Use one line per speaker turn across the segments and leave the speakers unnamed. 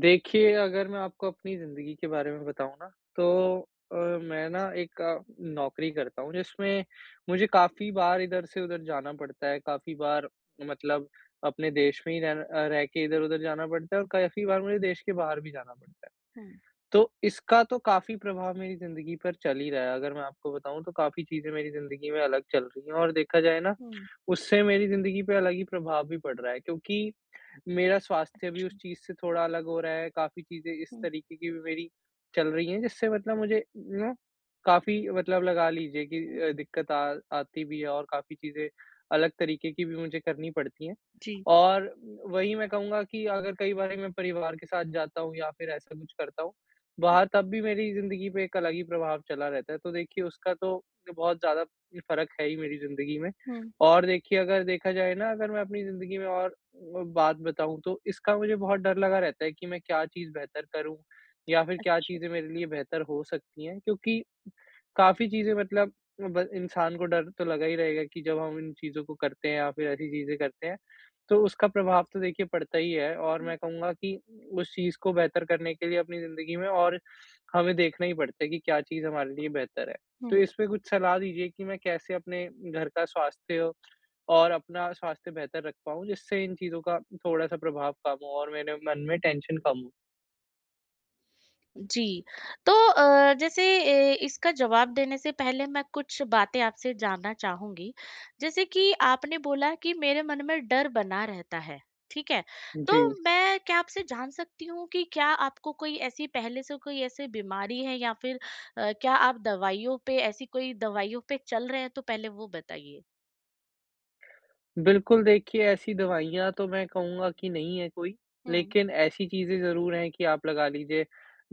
देखिए, अगर मैं आपको अपनी ज़िंदगी के बारे में बताऊँ ना, तो अ, मैं ना एक नौकरी करता हूँ, जिसमें मुझे काफ़ी बार इधर से उधर जाना पड़ता है, काफ़ी बार मतलब अपने देश में ही रह के इधर-उधर जाना पड़ता है और काफ़ी बार मुझे देश के बाहर भी जाना पड़ता है।
हुँ,
तो इसका तो काफ़ी प्रभाव मेरी ज़िंदगी पर चल ही रहा है, अगर मैं आपको बताऊँ तो काफ़ी चीज़ें मेरी ज़िंदगी में अलग चल रही हैं और देखा जाए ना,
हुँ,
उससे मेरी ज़िंदगी पे अलग ही प्रभाव भी पड़ रहा है, क्योंकि मेरा स्वास्थ्य भी उस चीज़ से थोड़ा अलग हो रहा है, काफ़ी चीज़ें इस
हुँ,
तरीके की भी मेरी चल रही हैं, जिससे मतलब मुझे ना काफ़ी मतलब लगा लीजिए कि
हुँ।
दिक्कत आ आती भी है और काफ़ी चीज़ें अलग तरीके की भी मुझे करनी पड़ती हैं।
जी।
और वही मैं कहूँगा कि अगर कई बारी मैं परिवार के साथ जाता हूँ या फिर ऐसा कुछ करता हूँ, वहाँ तब भी मेरी ज़िंदगी पे एक अलग ही प्रभाव चला रहता है, तो देखिए उसका तो बहुत ज़्यादा फ़र्क है ही मेरी ज़िंदगी में।
हुँ,
और देखिए, अगर देखा जाए ना, अगर मैं अपनी ज़िंदगी में और बात बताऊँ, तो इसका मुझे बहुत डर लगा रहता है कि मैं क्या चीज़ बेहतर करूँ या फिर क्या
अच्छा।
चीज़ें मेरे लिए बेहतर हो सकती हैं, क्योंकि काफ़ी चीज़ें मतलब ब इंसान को डर तो लगा ही रहेगा कि जब हम इन चीज़ों को करते हैं या फिर ऐसी चीज़ें करते हैं, तो उसका प्रभाव तो देखिए पड़ता ही है, और मैं कहूँगा कि उस चीज़ को बेहतर करने के लिए अपनी ज़िंदगी में और हमें देखना ही पड़ता है कि क्या चीज़ हमारे लिए बेहतर है। तो
हुँ।
इस पे कुछ सलाह दीजिए कि मैं कैसे अपने घर का स्वास्थ्य और अपना स्वास्थ्य बेहतर रख पाऊँ, जिससे इन चीज़ों का थोड़ा-सा प्रभाव कम हो और मेरे मन में टेंशन कम हो?
जी, तो जैसे इसका जवाब देने से पहले मैं कुछ बातें आपसे जानना चाहूँगी। जैसे कि आपने बोला कि मेरे मन में डर बना रहता है, ठीक है? तो
जी।
मैं क्या आपसे जान सकती हूँ कि क्या आपको कोई ऐसी पहले से कोई ऐसी बीमारी है या फिर क्या आप दवाइयों पे ऐसी कोई दवाइयों पे चल रहे हैं? तो पहले वो बताइए।
बिल्कुल, देखिए ऐसी दवाइयाँ तो मैं कहूँगा कि नहीं है कोई,
हुँ।
लेकिन ऐसी चीज़ें ज़रूर हैं कि आप लगा लीजिए,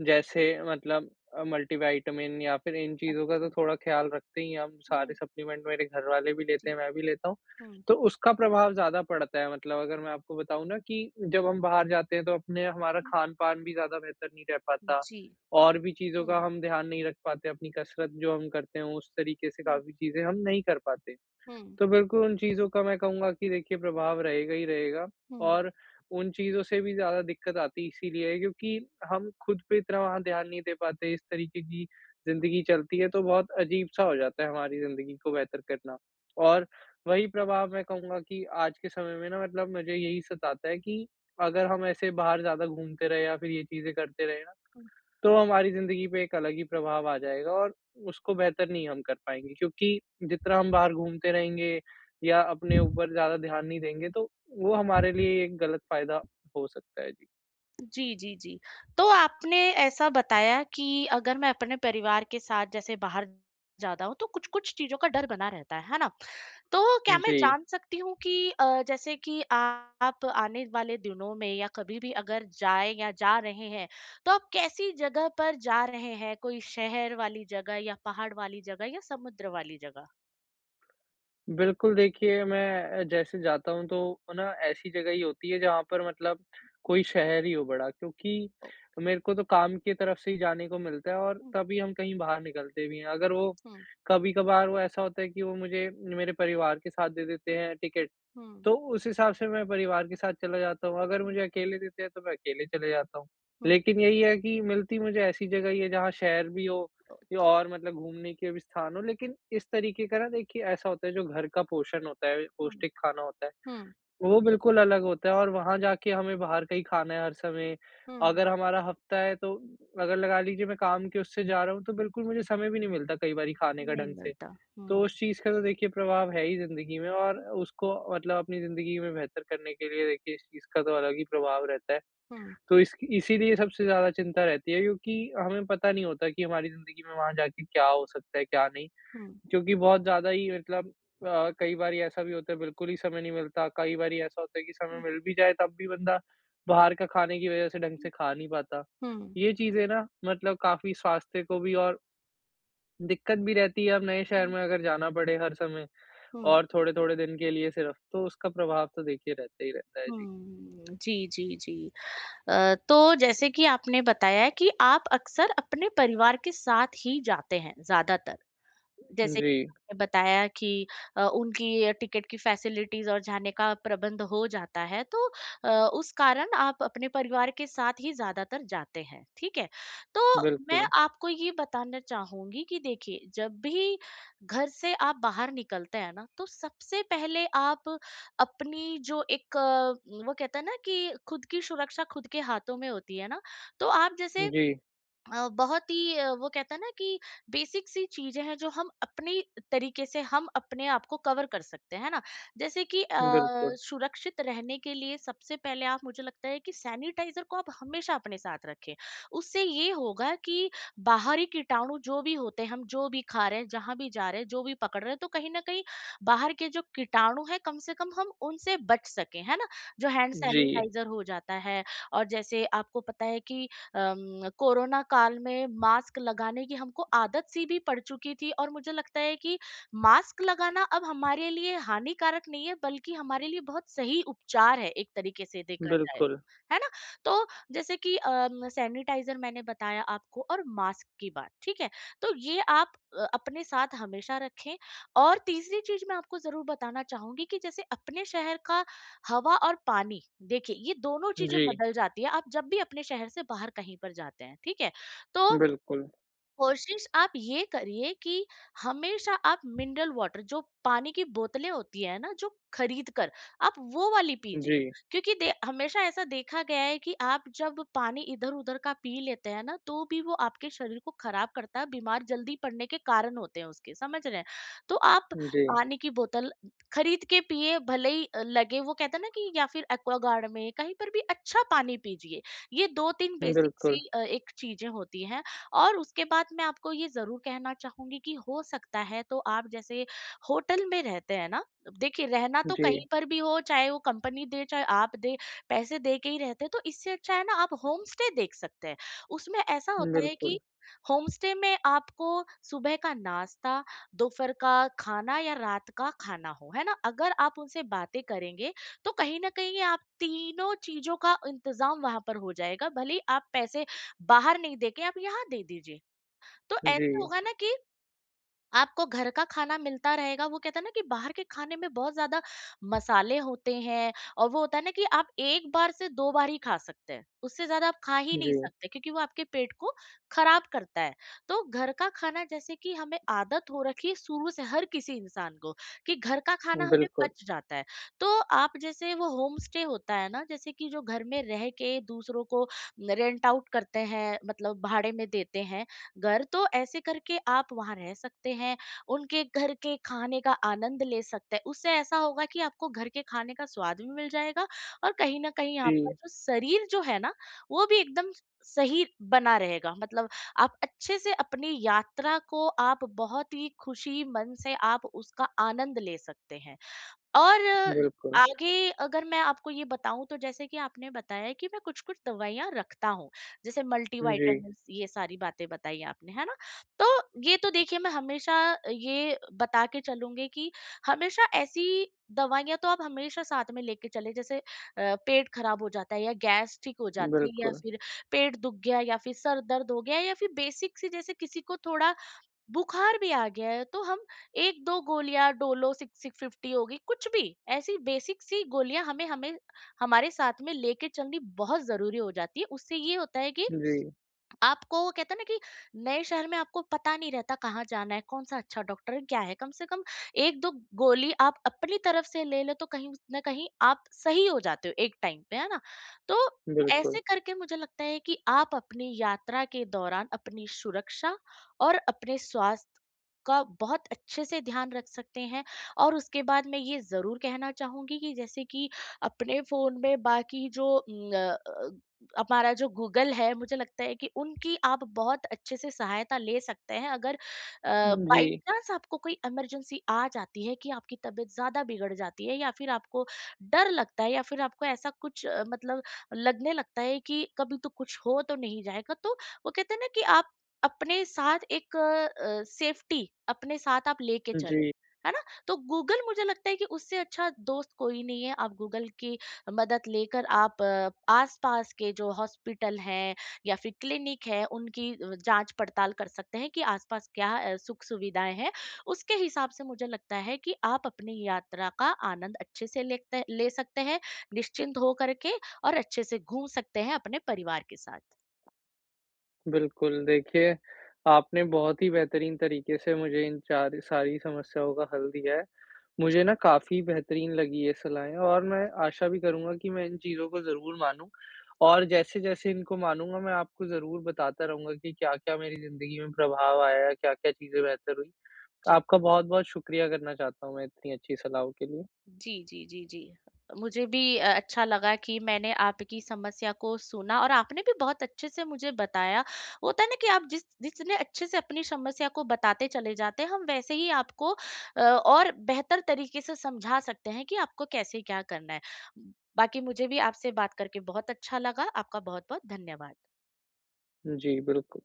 जैसे मतलब मल्टीविटामिन या फिर इन चीज़ों का तो
अच्छा।
थोड़ा ख़्याल रखते ही हैं हम। सारे
हुँ,
सप्लीमेंट मेरे घरवाले भी लेते
जी।
हैं, मैं भी लेता हूँ।
हुँ,
तो उसका प्रभाव ज़्यादा पड़ता है, मतलब अगर मैं आपको बताऊँ ना कि जब हम बाहर जाते हैं, तो अपने हमारा
हुँ।
खान-पान भी ज़्यादा बेहतर नहीं रह पाता,
जी।
और भी चीज़ों का
हुँ।
हम ध्यान नहीं रख पाते, अपनी कसरत जो हम करते हैं उस तरीके से
हुँ,
काफ़ी चीज़ें हम नहीं कर पाते।
हुँ,
तो बिल्कुल उन चीज़ों का मैं कहूँगा कि देखिए प्रभाव रहेगा ही रहेगा,
हुँ,
और उन चीज़ों से भी ज़्यादा दिक्कत आती इसीलिए है, क्योंकि हम खुद पे इतना वहाँ ध्यान नहीं दे पाते। इस तरीके की ज़िंदगी चलती है, तो बहुत अजीब-सा हो जाता है हमारी ज़िंदगी को बेहतर करना। और वही प्रभाव मैं कहूँगा कि आज के समय में ना, मतलब मुझे यही सताता है कि अगर हम ऐसे बाहर ज़्यादा घूमते रहे या फिर ये चीज़ें करते रहे ना,
हुँ।
तो हमारी ज़िंदगी पे एक अलग ही प्रभाव आ जाएगा, और उसको बेहतर नहीं हम कर पाएँगे, क्योंकि जितना हम बाहर घूमते रहेंगे या अपने ऊपर ज़्यादा ध्यान नहीं देंगे, तो वो हमारे लिए एक गलत फ़ायदा हो सकता है। जी।
जी, जी, जी। तो आपने ऐसा बताया कि अगर मैं अपने परिवार के साथ जैसे बाहर ज़्यादा हूँ, तो कुछ-कुछ चीज़ों का डर बना रहता है ना? तो क्या मैं
जी,
जान सकती हूँ कि जैसे कि आप आने वाले दिनों में या कभी भी अगर जाएँ या जा रहे हैं, तो आप कैसी जगह पर जा रहे हैं? कोई शहर वाली जगह या पहाड़ वाली जगह या समुद्र वाली जगह?
बिल्कुल। देखिए मैं, जैसे जाता हूँ, तो ना ऐसी जगह ही होती है जहाँ पर मतलब
हुँ,
कोई शहर ही हो बड़ा, क्योंकि
ओ
मेरे को तो काम की तरफ से ही जाने को मिलता है, और
हुँ,
तभी हम कहीं बाहर निकलते भी हैं। अगर वो,
हुँ,
कभी-कभार वो ऐसा होता है कि वो मुझे मेरे परिवार के साथ दे देते हैं
हुँ,
टिकट,
हुँ,
तो उस हिसाब से मैं परिवार के साथ चला जाता हूँ, अगर
हुँ,
मुझे अकेले देते हैं तो मैं अकेले चले जाता हूँ।
हुँ,
लेकिन यही है कि मिलती मुझे ऐसी जगह ही है जहाँ शहर भी हो
ओ
या और मतलब घूमने के भी स्थान हो, लेकिन इस तरीके का ना, देखिए ऐसा होता है जो घर का पोषण होता है,
हुँ,
पौष्टिक खाना होता है,
हुँ,
वो बिल्कुल अलग होता है, और वहाँ जाके हमें बाहर का ही खाना है हर समय।
हुँ।
अगर हमारा हफ़्ता है, तो अगर लगा लीजिए मैं काम के उससे जा रहा हूँ, तो बिल्कुल मुझे समय भी नहीं मिलता कई बारी खाने का
नहीं
ढंग से।
मिलता। हुँ,
तो उस चीज़ का तो देखिए प्रभाव है ही ज़िंदगी में, और उसको मतलब अपनी ज़िंदगी में बेहतर करने के लिए देखिए इस चीज़ का तो अलग ही प्रभाव रहता है।
हुँ,
तो इसकी इसीलिए सबसे ज़्यादा चिंता रहती है, क्योंकि हमें पता नहीं होता कि हमारी ज़िंदगी में वहाँ जाके क्या हो सकता है, क्या नहीं।
हुँ,
क्योंकि बहुत ज़्यादा ही मतलब, कई बारी ऐसा भी होता है बिल्कुल ही समय नहीं मिलता, कई बारी ऐसा होता है कि समय
हुँ,
मिल भी जाए तब भी बंदा बाहर का खाने की वज़ह से ढंग से खा नहीं पाता।
हुँ,
ये चीज़ें ना मतलब काफ़ी स्वास्थ्य को भी, और दिक्कत भी रहती है अब नए शहर
हुँ,
में अगर जाना पड़े हर समय
हुँ,
और थोड़े-थोड़े दिन के लिए सिर्फ़, तो उसका प्रभाव तो देखिए रहता ही रहता है। जी।
हुँ, जी, जी, जी। तो जैसे कि आपने बताया है कि आप अक्सर अपने परिवार के साथ ही जाते हैं ज़्यादातर। जैसे
जी,
आपने बताया कि उनकी टिकट की फैसिलिटीज और जाने का प्रबंध हो जाता है, तो अ, उस कारण आप अपने परिवार के साथ ही ज्यादातर जाते हैं, ठीक है? तो मैं
बिल्कुल।
आपको ये बताना चाहूंगी कि देखिए, जब भी घर से आप बाहर निकलते हैं ना, तो सबसे पहले आप अपनी जो एक वो कहते हैं ना कि खुद की सुरक्षा खुद के हाथों में होती है ना, तो आप जैसे
जी,
बहुत ही वो कहता है ना कि बेसिक सी चीजें हैं जो हम अपने तरीके से हम अपने आप को कवर कर सकते हैं, है ना? जैसे कि
बिल्कुल।
सुरक्षित रहने के लिए सबसे पहले आप, मुझे लगता है कि, सैनिटाइजर को आप हमेशा अपने साथ रखें। उससे ये होगा कि बाहरी कीटाणु जो भी होते हैं, हम जो भी खा रहे हैं, जहां भी जा रहे हैं, जो भी पकड़ रहे हैं, तो कहीं ना कहीं बाहर के जो कीटाणु है कम से कम हम उनसे बच सके, है ना? जो हैंड
जी,
सैनिटाइजर हो जाता है। और जैसे आपको पता है कि कोरोना काल में मास्क लगाने की हमको आदत सी भी पड़ चुकी थी, और मुझे लगता है कि मास्क लगाना अब हमारे लिए हानिकारक नहीं है, बल्कि हमारे लिए बहुत सही उपचार है, एक तरीके से देखा जाए
बिल्कुल।
तो, है ना? तो जैसे कि सैनिटाइजर मैंने बताया आपको और मास्क की बात, ठीक है? तो ये आप अपने साथ हमेशा रखें। और तीसरी चीज मैं आपको जरूर बताना चाहूंगी कि जैसे अपने शहर का हवा और पानी, देखिए ये दोनों चीजें
जी,
बदल जाती है आप जब भी अपने शहर से बाहर कहीं पर जाते हैं, ठीक है? तो
बिल्कुल।
कोशिश आप ये करिए कि हमेशा आप मिनरल वाटर, जो पानी की बोतलें होती है ना जो, खरीद कर आप वो वाली पीजिए।
जी,
क्योंकि हमेशा ऐसा देखा गया है कि आप जब पानी इधर उधर का पी लेते हैं ना, तो भी वो आपके शरीर को खराब करता है, बीमार जल्दी पड़ने के कारण होते हैं उसके, समझ रहे हैं? तो आप
जी,
पानी की बोतल खरीद के पिए, भले ही लगे, वो कहते हैं ना कि, या फिर एक्वागार्ड में, कहीं पर भी अच्छा पानी पीजिए। ये दो तीन बेसिक
बिल्कुल।
सी एक चीजें होती हैं। और उसके बाद मैं आपको ये ज़रूर कहना चाहूँगी कि हो सकता है तो आप जैसे होटल में रहते हैं ना, देखिए रहना तो
जी,
कहीं पर भी हो, चाहे वो कंपनी दे, चाहे आप दें, पैसे दे के ही रहते हैं, तो इससे अच्छा है ना आप होम स्टे देख सकते हैं। उसमें ऐसा होता है
बिल्कुल।
कि होम स्टे में आपको सुबह का नाश्ता, दोपहर का खाना या रात का खाना हो, है ना? अगर आप उनसे बातें करेंगे, तो कहीं न कहीं आप तीनों चीज़ों का इंतज़ाम वहाँ पर हो जाएगा। भले ही आप पैसे बाहर नहीं देके आप यहाँ दे दीजिए। तो ऐसे
जी,
होगा ना कि आपको घर का खाना मिलता रहेगा। वो कहते हैं ना कि बाहर के खाने में बहुत ज़्यादा मसाले होते हैं, और वो होता है ना कि आप 1 बार से 2 बार ही खा सकते हैं, उससे ज़्यादा आप खा ही नहीं
जी,
सकते क्योंकि वो आपके पेट को खराब करता है। तो घर का खाना, जैसे कि हमें आदत हो रखी है शुरू से हर किसी इंसान को कि घर का खाना हमें
बिल्कुल।
पच जाता है। तो आप जैसे, वो होम स्टे होता है ना, जैसे कि जो घर में रह के दूसरों को रेंट आउट करते हैं, मतलब भाड़े में देते हैं घर, तो ऐसे करके आप वहाँ रह सकते हैं, उनके घर के खाने का आनंद ले सकते हैं। उससे ऐसा होगा कि आपको घर के खाने का स्वाद भी मिल जाएगा, और कहीं न कहीं आपका
जी,
जो शरीर जो है ना, वो भी एकदम सही बना रहेगा। मतलब आप अच्छे से अपनी यात्रा को, आप बहुत ही खुशी मन से आप उसका आनंद ले सकते हैं। और
बिल्कुल।
आगे अगर मैं आपको ये बताऊँ तो, जैसे कि आपने बताया कि मैं कुछ-कुछ दवाइयाँ रखता हूँ, जैसे
जी,
मल्टीविटामिन्स, ये सारी बातें बताई आपने, है ना? तो ये तो देखिए, मैं हमेशा ये बता के चलूँगी कि हमेशा ऐसी दवाइयाँ तो आप हमेशा साथ में लेके चलें, जैसे पेट खराब हो जाता है या गैस ठीक हो जाती है, या
बिल्कुल।
फिर पेट दुख गया, या फिर सर दर्द हो गया, या फिर बेसिक सी, जैसे किसी को थोड़ा बुखार भी आ गया है, तो हम 1-2 गोलियाँ डोलो 6-650 हो गई, कुछ भी ऐसी बेसिक सी गोलियाँ हमें हमें हमारे साथ में लेके चलनी बहुत ज़रूरी हो जाती है। उससे ये होता है कि
जी,
आपको, वो कहते हैं ना कि नए शहर में आपको पता नहीं रहता कहाँ जाना है, कौन-सा अच्छा डॉक्टर है, क्या है? कम से कम 1-2 गोली आप अपनी तरफ से ले लो, तो कहीं न कहीं आप सही हो जाते हो एक टाइम पे, है ना? तो
बिल्कुल।
ऐसे करके मुझे लगता है कि आप अपनी यात्रा के दौरान अपनी सुरक्षा और अपने स्वास्थ्य का बहुत अच्छे से ध्यान रख सकते हैं। और उसके बाद मैं ये ज़रूर कहना चाहूँगी कि जैसे कि अपने फ़ोन में बाकी जो अ, हमारा जो गूगल है, मुझे लगता है कि उनकी आप बहुत अच्छे से सहायता ले सकते हैं। अगर बाई
जी,
चांस आपको कोई इमरजेंसी आ जाती है कि आपकी तबीयत ज्यादा बिगड़ जाती है, या फिर आपको डर लगता है, या फिर आपको ऐसा कुछ मतलब लगने लगता है कि कभी तो कुछ हो तो नहीं जाएगा, तो वो कहते हैं ना कि आप अपने साथ एक सेफ्टी अपने साथ आप लेके चले,
जी,
है ना? तो गूगल, मुझे लगता है कि उससे अच्छा दोस्त कोई नहीं है। आप गूगल की मदद लेकर आप आसपास के जो हॉस्पिटल हैं या फिर क्लिनिक है, उनकी जांच पड़ताल कर सकते हैं कि आसपास क्या सुख सुविधाएं हैं। उसके हिसाब से मुझे लगता है कि आप अपनी यात्रा का आनंद अच्छे से लेते ले सकते हैं, निश्चिंत हो करके, और अच्छे से घूम सकते हैं अपने परिवार के साथ।
बिल्कुल। देखिए, आपने बहुत ही बेहतरीन तरीके से मुझे इन चार सारी समस्याओं का हल दिया है। मुझे ना काफ़ी बेहतरीन लगी ये सलाहें, और मैं आशा भी करूँगा कि मैं इन चीज़ों को ज़रूर मानूँ, और जैसे-जैसे इनको मानूँगा, मैं आपको ज़रूर बताता रहूँगा कि क्या-क्या मेरी ज़िंदगी में प्रभाव आया, क्या-क्या चीज़ें बेहतर हुई।
जी,
आपका बहुत-बहुत शुक्रिया करना चाहता हूँ मैं इतनी अच्छी सलाह के लिए।
जी, जी, जी, जी। मुझे भी अच्छा लगा कि मैंने आपकी समस्या को सुना और आपने भी बहुत अच्छे से मुझे बताया। होता है ना कि आप जिस जितने अच्छे से अपनी समस्या को बताते चले जाते हैं, हम वैसे ही आपको और बेहतर तरीके से समझा सकते हैं कि आपको कैसे क्या करना है। बाकी मुझे भी आपसे बात करके बहुत अच्छा लगा। आपका बहुत-बहुत धन्यवाद।
जी, बिल्कुल।